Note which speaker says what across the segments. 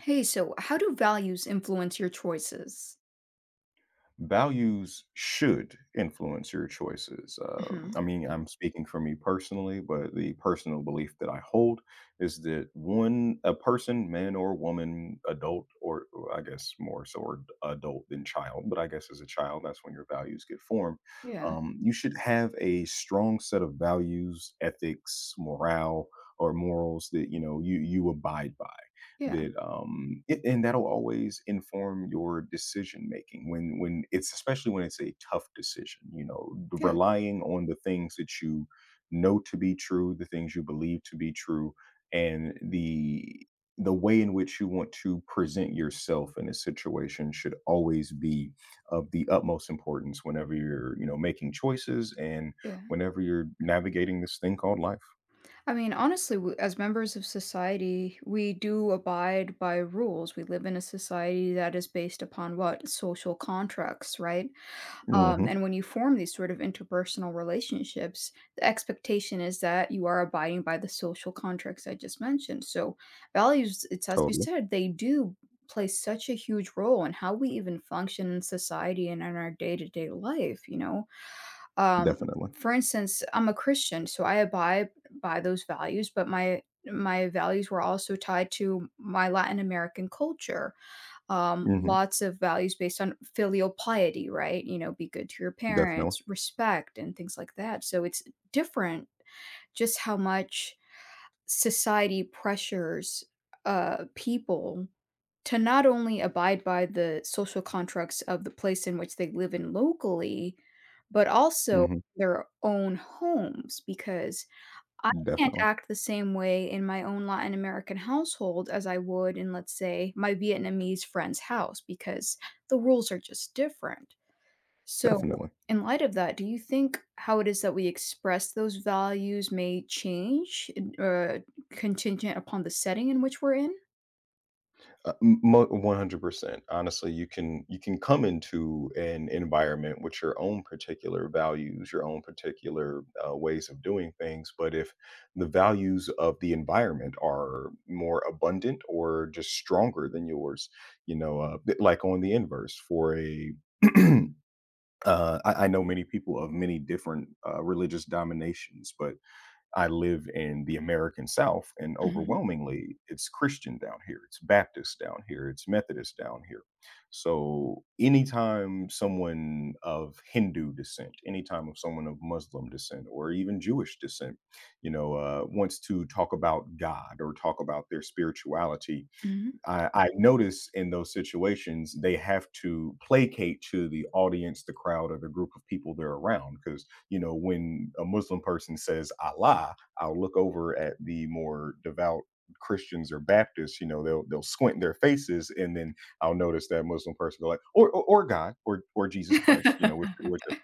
Speaker 1: Hey, so how do values influence your choices?
Speaker 2: Values should influence your choices.
Speaker 1: hmm
Speaker 2: I mean, I'm speaking for me personally, but the personal belief that I hold is that one, a person, man or woman, adult, or I guess more so or adult than child, but I guess as a child, that's when your values get formed.
Speaker 1: Yeah,
Speaker 2: You should have a strong set of values, ethics, morale, or morals that you know you abide by
Speaker 1: yeah,
Speaker 2: and that'll always inform your decision making when it's, especially when it's, a tough decision, you know,
Speaker 1: yeah,
Speaker 2: relying on the things that you know to be true, the things you believe to be true, and the way in which you want to present yourself in a situation should always be of the utmost importance whenever you're, you know, making choices and
Speaker 1: yeah.
Speaker 2: whenever you're navigating this thing called life.
Speaker 1: I mean, honestly, w as members of society, we do abide by rules. We live in a society that is based upon what? Social contracts, right?
Speaker 2: Hmm.
Speaker 1: And when you form these sort of interpersonal relationships, the expectation is that you are abiding by the social contracts I just mentioned. So, values, it's as you
Speaker 2: Totally.
Speaker 1: said, they do play such a huge role in how we even function in society and in our day to day life, you know?
Speaker 2: Definitely.
Speaker 1: For instance, I'm a Christian, so I abide by those values, but my values were also tied to my Latin American culture,
Speaker 2: Hmm.
Speaker 1: lots of values based on filial piety, right? You know, be good to your
Speaker 2: Definitely.
Speaker 1: parents, respect, and things like that. So it's different just how much society pressures people to not only abide by the social contracts of the place in which they live in locally, but also
Speaker 2: Hmm.
Speaker 1: their own homes because I can't
Speaker 2: Definitely,
Speaker 1: act the same way in my own Latin American household as I would in, let's say, my Vietnamese friend's house because the rules are just different. So,
Speaker 2: definitely,
Speaker 1: in light of that, do you think how it is that we express those values may change, contingent upon the setting in which we're in?
Speaker 2: mo 100%. Honestly, you can come into an environment with your own particular values, your own particular, ways of doing things, but if the values of the environment are more abundant or just stronger than yours, you know, bit like on the inverse for a I know many people of many different, religious dominations, but I live in the American South, and
Speaker 1: Mhm,
Speaker 2: overwhelmingly, it's Christian down here, it's Baptist down here, it's Methodist down here. So, anytime someone of Hindu descent, anytime of someone of Muslim descent, or even Jewish descent, you know, wants to talk about God or talk about their spirituality,
Speaker 1: mhm.
Speaker 2: I notice in those situations, they have to placate to the audience, the crowd, or the group of people they're around. Because you know, when a Muslim person says "Allah," I'll look over at the more devout Christians or Baptists, you know, they'll squint their faces, and then I'll notice that Muslim person go like, "Or God, or Jesus Christ," you know, which which because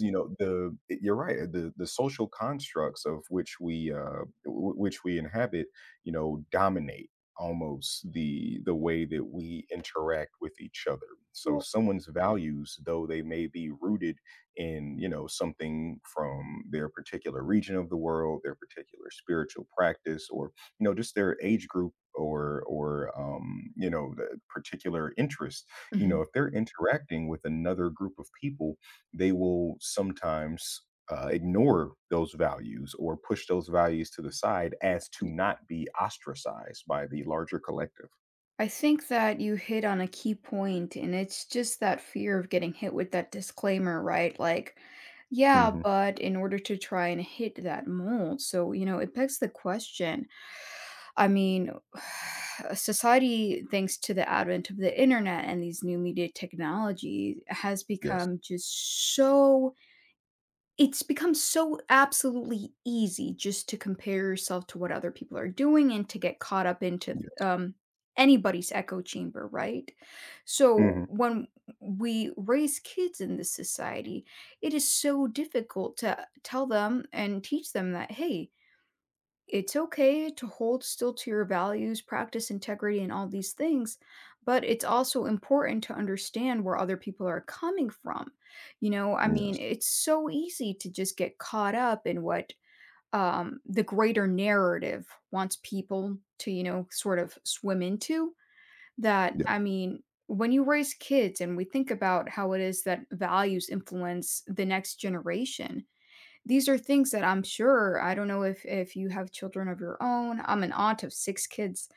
Speaker 2: you know, the you're right, the social constructs of which we, w which we inhabit, you know, dominate almost the way that we interact with each other. So
Speaker 1: Well,
Speaker 2: someone's values, though they may be rooted in, you know, something from their particular region of the world, their particular spiritual practice, or, you know, just their age group or, you know, the particular interest, you know,
Speaker 1: mhm.
Speaker 2: if they're interacting with another group of people, they will sometimes ignore those values or push those values to the side as to not be ostracized by the larger collective.
Speaker 1: I think that you hit on a key point, and it's just that fear of getting hit with that disclaimer, right? Like, yeah,
Speaker 2: Hmm.
Speaker 1: but in order to try and hit that mold. So, you know, it begs the question. I mean, society, thanks to the advent of the internet and these new media technologies, has
Speaker 2: Yes.
Speaker 1: become just so it's become so absolutely easy just to compare yourself to what other people are doing and to get caught up into,
Speaker 2: Yes.
Speaker 1: anybody's echo chamber, right? So
Speaker 2: Hmm.
Speaker 1: when we raise kids in this society, it is so difficult to tell them and teach them that, hey, it's okay to hold still to your values, practice integrity, and all these things, but it's also important to understand where other people are coming from. You know, I mean,
Speaker 2: Yes.
Speaker 1: it's so easy to just get caught up in what the greater narrative wants people to, you know, sort of swim into. That,
Speaker 2: Yep.
Speaker 1: I mean, when you raise kids and we think about how it is that values influence the next generation, these are things that I'm sure I don't know if you have children of your own. I'm an aunt of 6 kids.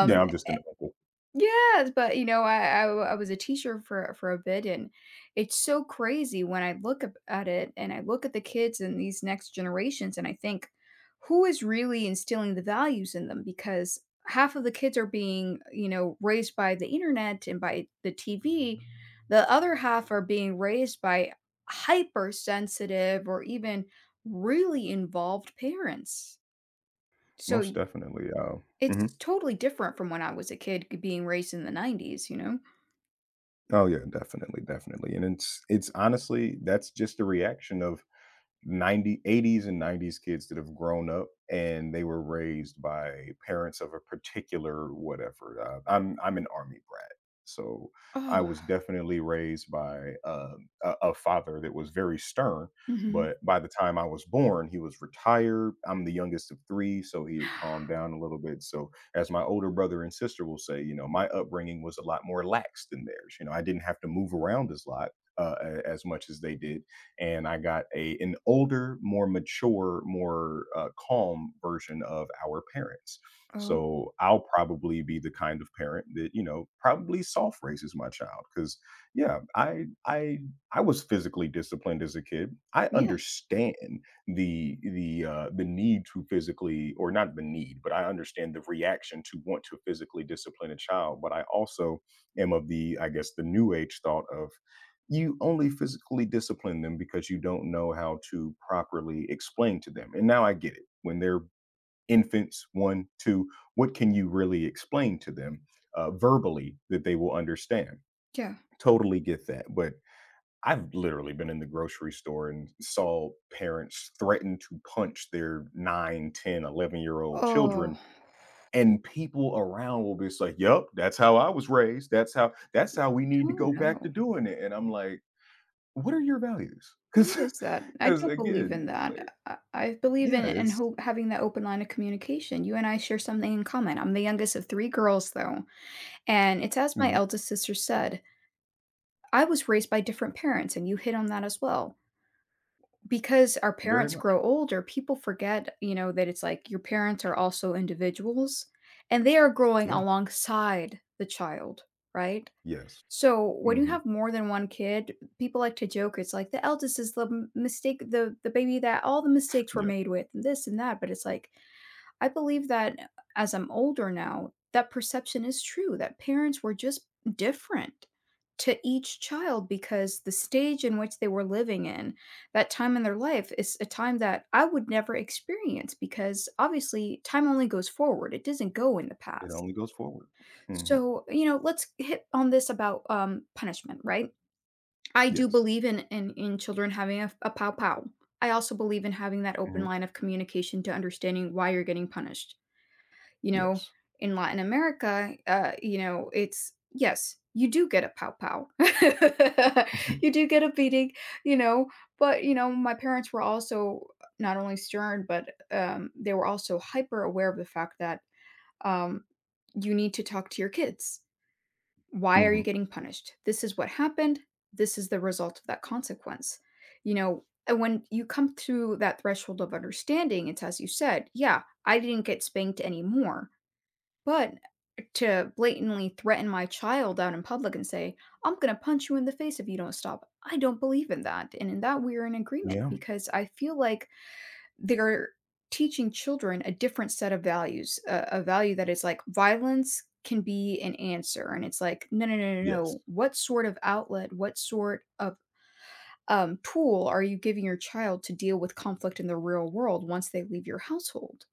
Speaker 2: Yeah. I'm just an uncle.
Speaker 1: Yes, but you know, I was a teacher for a bit, and it's so crazy when I look at it and I look at the kids and these next generations, and I think, who is really instilling the values in them? Because half of the kids are being, you know, raised by the internet and by the TV. The other half are being raised by hypersensitive or even really involved parents. So
Speaker 2: Most
Speaker 1: y-
Speaker 2: definitely. Mhm.
Speaker 1: it's totally different from when I was a kid being raised in the 90s, you know?
Speaker 2: Oh yeah, definitely, definitely. And it's honestly, that's just the reaction of 90 eighties and 90s kids that have grown up and they were raised by parents of a particular whatever, I'm an army brat, so
Speaker 1: Oh,
Speaker 2: I was definitely raised by a father that was very stern,
Speaker 1: mhm.
Speaker 2: but by the time I was born, he was retired. I'm the youngest of three, so he had calmed down a little bit. So, as my older brother and sister will say, you know, my upbringing was a lot more lax than theirs. You know, I didn't have to move around as lot, as much as they did, and I got a an older, more mature, more calm version of our parents.
Speaker 1: Oh,
Speaker 2: So I'll probably be the kind of parent that, you know, probably soft raises my child because, yeah, I was physically disciplined as a kid. I
Speaker 1: yeah,
Speaker 2: understand the need to physically, or not the need, but I understand the reaction to want to physically discipline a child. But I also am of the, I guess, the new age thought of you only physically discipline them because you don't know how to properly explain to them. And now I get it. When they're infants, one, two, what can you really explain to them verbally that they will understand?
Speaker 1: yeah.
Speaker 2: Totally get that. But I've literally been in the grocery store and saw parents threaten to punch their 9, 10, 11-year-old
Speaker 1: Oh,
Speaker 2: children. And people around will be just like, yep, that's how I was raised. That's how we need to
Speaker 1: oh,
Speaker 2: go back to
Speaker 1: no.
Speaker 2: doing it. And I'm like, what are your values? Because,
Speaker 1: What is that? I
Speaker 2: because
Speaker 1: don't believe
Speaker 2: again,
Speaker 1: in
Speaker 2: like,
Speaker 1: that. I believe
Speaker 2: yeah,
Speaker 1: in and
Speaker 2: it's
Speaker 1: hope having that open line of communication. You and I share something in common. I'm the youngest of 3 girls, though, and it's as my
Speaker 2: mhm,
Speaker 1: eldest sister said, "I was raised by different parents," and you hit on that as well. Because our
Speaker 2: very
Speaker 1: parents
Speaker 2: much.
Speaker 1: grow older, people forget, you know, that it's like your parents are also individuals, and they are growing
Speaker 2: Yeah.
Speaker 1: alongside the child, right?
Speaker 2: Yes.
Speaker 1: So when you
Speaker 2: Mhm.
Speaker 1: have more than one kid, people like to joke. It's like the eldest is the mistake, the baby that all the mistakes were
Speaker 2: Yeah.
Speaker 1: made with, and this and that. But it's like I believe that as I'm older now, that perception is true. That parents were just different to each child because the stage in which they were living in that time in their life is a time that I would never experience because obviously time only goes forward. It doesn't go in the
Speaker 2: It
Speaker 1: past.
Speaker 2: only goes forward. Mhm.
Speaker 1: So, you know, let's hit on this about punishment, right? I do
Speaker 2: Yes.
Speaker 1: believe in children having a pow pow. I also believe in having that open
Speaker 2: Mhm.
Speaker 1: line of communication to understanding why you're getting punished. You know,
Speaker 2: Yes.
Speaker 1: in Latin America, you know, it's yes, you do get a pow pow. You do get a beating, you know, but you know, my parents were also not only stern, but they were also hyper aware of the fact that um you need to talk to your kids. Why are you
Speaker 2: Mhm.
Speaker 1: getting punished? This is what happened. This is the result of that consequence. You know, and when you come through that threshold of understanding, it's as you said, yeah, I didn't get spanked anymore. But to blatantly threaten my child out in public and say, I'm going to punch you in the face if you don't stop, I don't believe in that. And in that, we are in agreement
Speaker 2: Yeah.
Speaker 1: because I feel like they're teaching children a different set of values, a value that is like violence can be an answer, and it's like, "No, no, no, no,
Speaker 2: Yes.
Speaker 1: no. What sort of outlet, what sort of, tool are you giving your child to deal with conflict in the real world once they leave your household?"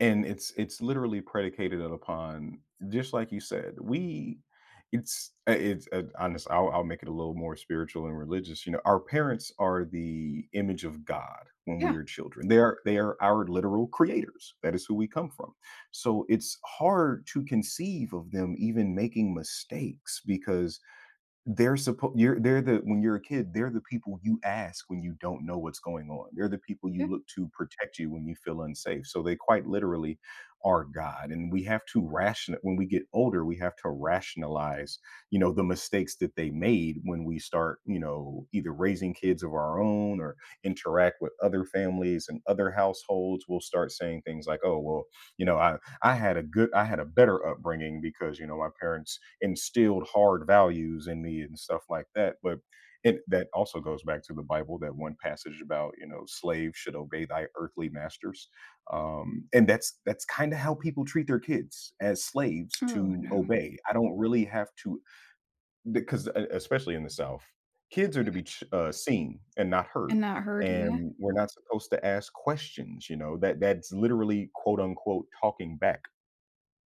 Speaker 2: And it's literally predicated upon, just like you said, we it's honest. I'll make it a little more spiritual and religious. You know, our parents are the image of God when we
Speaker 1: Yeah,
Speaker 2: are children. They are our literal creators. That is who we come from. So it's hard to conceive of them even making mistakes because, they're supposed you're they're the when you're a kid, they're the people you ask when you don't know what's going on. They're the people you
Speaker 1: yeah.
Speaker 2: look to protect you when you feel unsafe. So they quite literally are God. And we have to ration, when we get older, we have to rationalize, you know, the mistakes that they made when we start, you know, either raising kids of our own or interact with other families and other households. We'll start saying things like, oh, well, you know, I had a better upbringing because, you know, my parents instilled hard values in me and stuff like that. But it, that also goes back to the Bible, that one passage about, you know, slaves should obey thy earthly masters, and that's kind of how people treat their kids, as slaves
Speaker 1: Oh,
Speaker 2: to
Speaker 1: no.
Speaker 2: obey. I don't really have to because, especially in the South, kids are to be seen and not
Speaker 1: And
Speaker 2: heard,
Speaker 1: not heard, yeah.
Speaker 2: and we're not supposed to ask questions. You know that that's literally quote unquote talking back,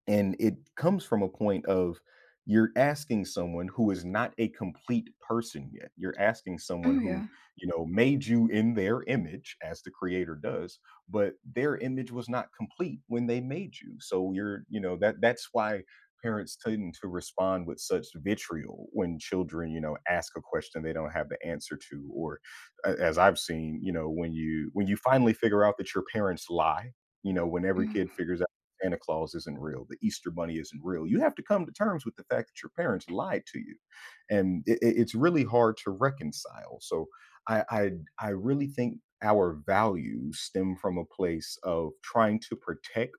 Speaker 2: and it comes from a point of, you're asking someone who is not a complete person yet. You're asking someone
Speaker 1: Oh,
Speaker 2: who,
Speaker 1: yeah,
Speaker 2: you know, made you in their image as the creator does, but their image was not complete when they made you. So you're, you know, that that's why parents tend to respond with such vitriol when children, you know, ask a question they don't have the answer to, or, as I've seen, you know, when you finally figure out that your parents lie, you know, when every kid
Speaker 1: yeah.
Speaker 2: figures out Santa Claus isn't real, the Easter Bunny isn't real. You have to come to terms with the fact that your parents lied to you, and it's really hard to reconcile. So I, I I really think our values stem from a place of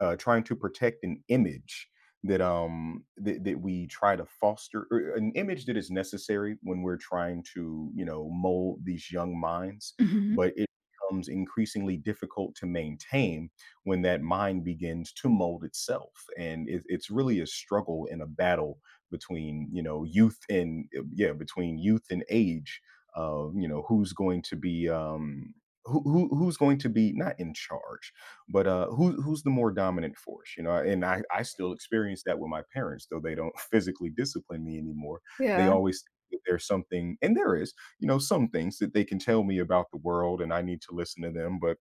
Speaker 2: trying to protect an image that we try to foster, or an image that is necessary when we're trying to, you know, mold these young minds,
Speaker 1: Mhm.
Speaker 2: but it becomes increasingly difficult to maintain when that mind begins to mold itself. And it's really a struggle and a battle between, you know, youth and, between youth and age of, you know, who's going to be, who's going to be not in charge, but who's the more dominant force, you know? And I still experience that with my parents, though they don't physically discipline me anymore. They
Speaker 1: Yeah,
Speaker 2: always think that there's something, and there is, you know, some things that they can tell me about the world, and I need to listen to them. But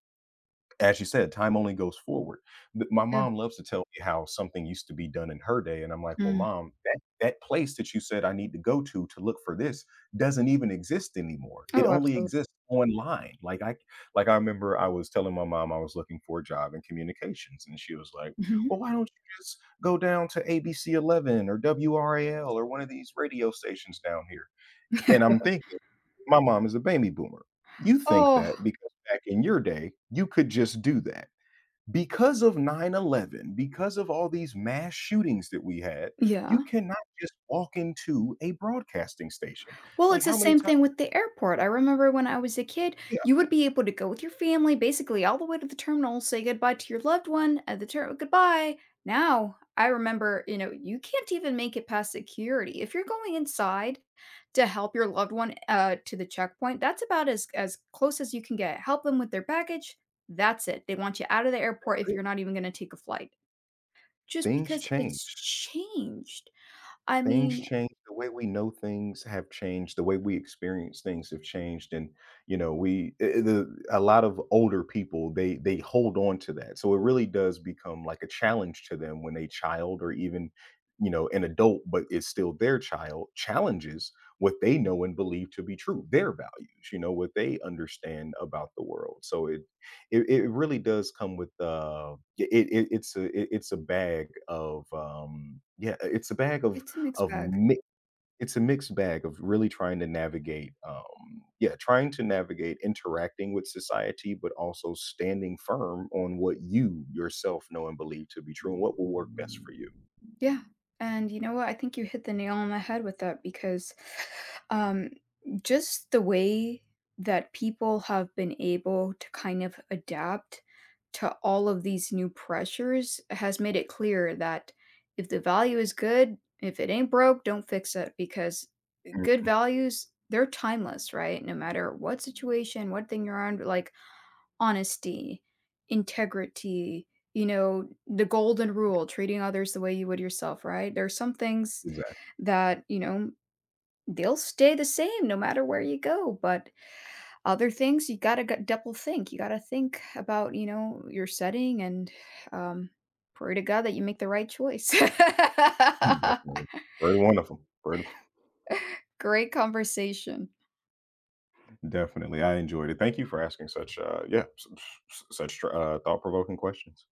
Speaker 2: as you said, time only goes forward. Th my
Speaker 1: yeah.
Speaker 2: mom loves to tell me how something used to be done in her day, and I'm like, "Well,
Speaker 1: Mm.
Speaker 2: mom, that place that you said I need to go to look for this doesn't even exist anymore. It
Speaker 1: Oh,
Speaker 2: only
Speaker 1: absolutely.
Speaker 2: exists online." Like, I remember I was telling my mom I was looking for a job in communications, and she was like,
Speaker 1: Mhm.
Speaker 2: "Well, why don't you just go down to ABC11 or WRAL or one of these radio stations down here?" And I'm thinking, my mom is a baby boomer. You think
Speaker 1: Oh,
Speaker 2: that because back in your day, you could just do that, because of 9/11, because of all these mass shootings that we had,
Speaker 1: yeah.
Speaker 2: you cannot just walk into a broadcasting station.
Speaker 1: Well,
Speaker 2: Like,
Speaker 1: it's the
Speaker 2: how many
Speaker 1: same
Speaker 2: times?
Speaker 1: thing with the airport. I remember when I was a kid,
Speaker 2: Yeah,
Speaker 1: you would be able to go with your family basically all the way to the terminal, say goodbye to your loved one at the terminal, goodbye. Now, I remember, you know, you can't even make it past security. If you're going inside to help your loved one to the checkpoint, that's about as close as you can get. Help them with their baggage. That's it. They want you out of the airport if you're not even going to take a flight. Just
Speaker 2: things
Speaker 1: because it's
Speaker 2: change.
Speaker 1: changed. I
Speaker 2: Things
Speaker 1: mean,
Speaker 2: change, the way we know things have changed, the way we experience things have changed, and, you know, we I the a lot of older people, they hold on to that, so it really does become like a challenge to them when a child, or even, you know, an adult, but it's still their child, challenges what they know and believe to be true, their values, you know, what they understand about the world. So it really does come with, it it it's a bag of, yeah, it's a bag
Speaker 1: it's a mixed
Speaker 2: of
Speaker 1: bag.
Speaker 2: mi it's a mixed bag of really trying to navigate, yeah, trying to navigate interacting with society, but also standing firm on what you yourself know and believe to be true and what will work best for you.
Speaker 1: Yeah. And you know what? I think you hit the nail on the head with that because um, just the way that people have been able to kind of adapt to all of these new pressures has made it clear that if the value is good, if it ain't broke, don't fix it because good
Speaker 2: Mhm.
Speaker 1: values, they're timeless, right? No matter what situation, what thing you're on, like honesty, integrity, you know, the golden rule, treating others the way you would yourself, right? There are some things
Speaker 2: Exactly.
Speaker 1: that, you know, they'll stay the same no matter where you go, but other things you got to double think. You got to think about, you know, your setting and um pray to God that you make the right choice.
Speaker 2: Mm, definitely. Very wonderful. Very,
Speaker 1: Great conversation.
Speaker 2: definitely, I enjoyed it. Thank you for asking such, yeah, s s such, thought-provoking questions.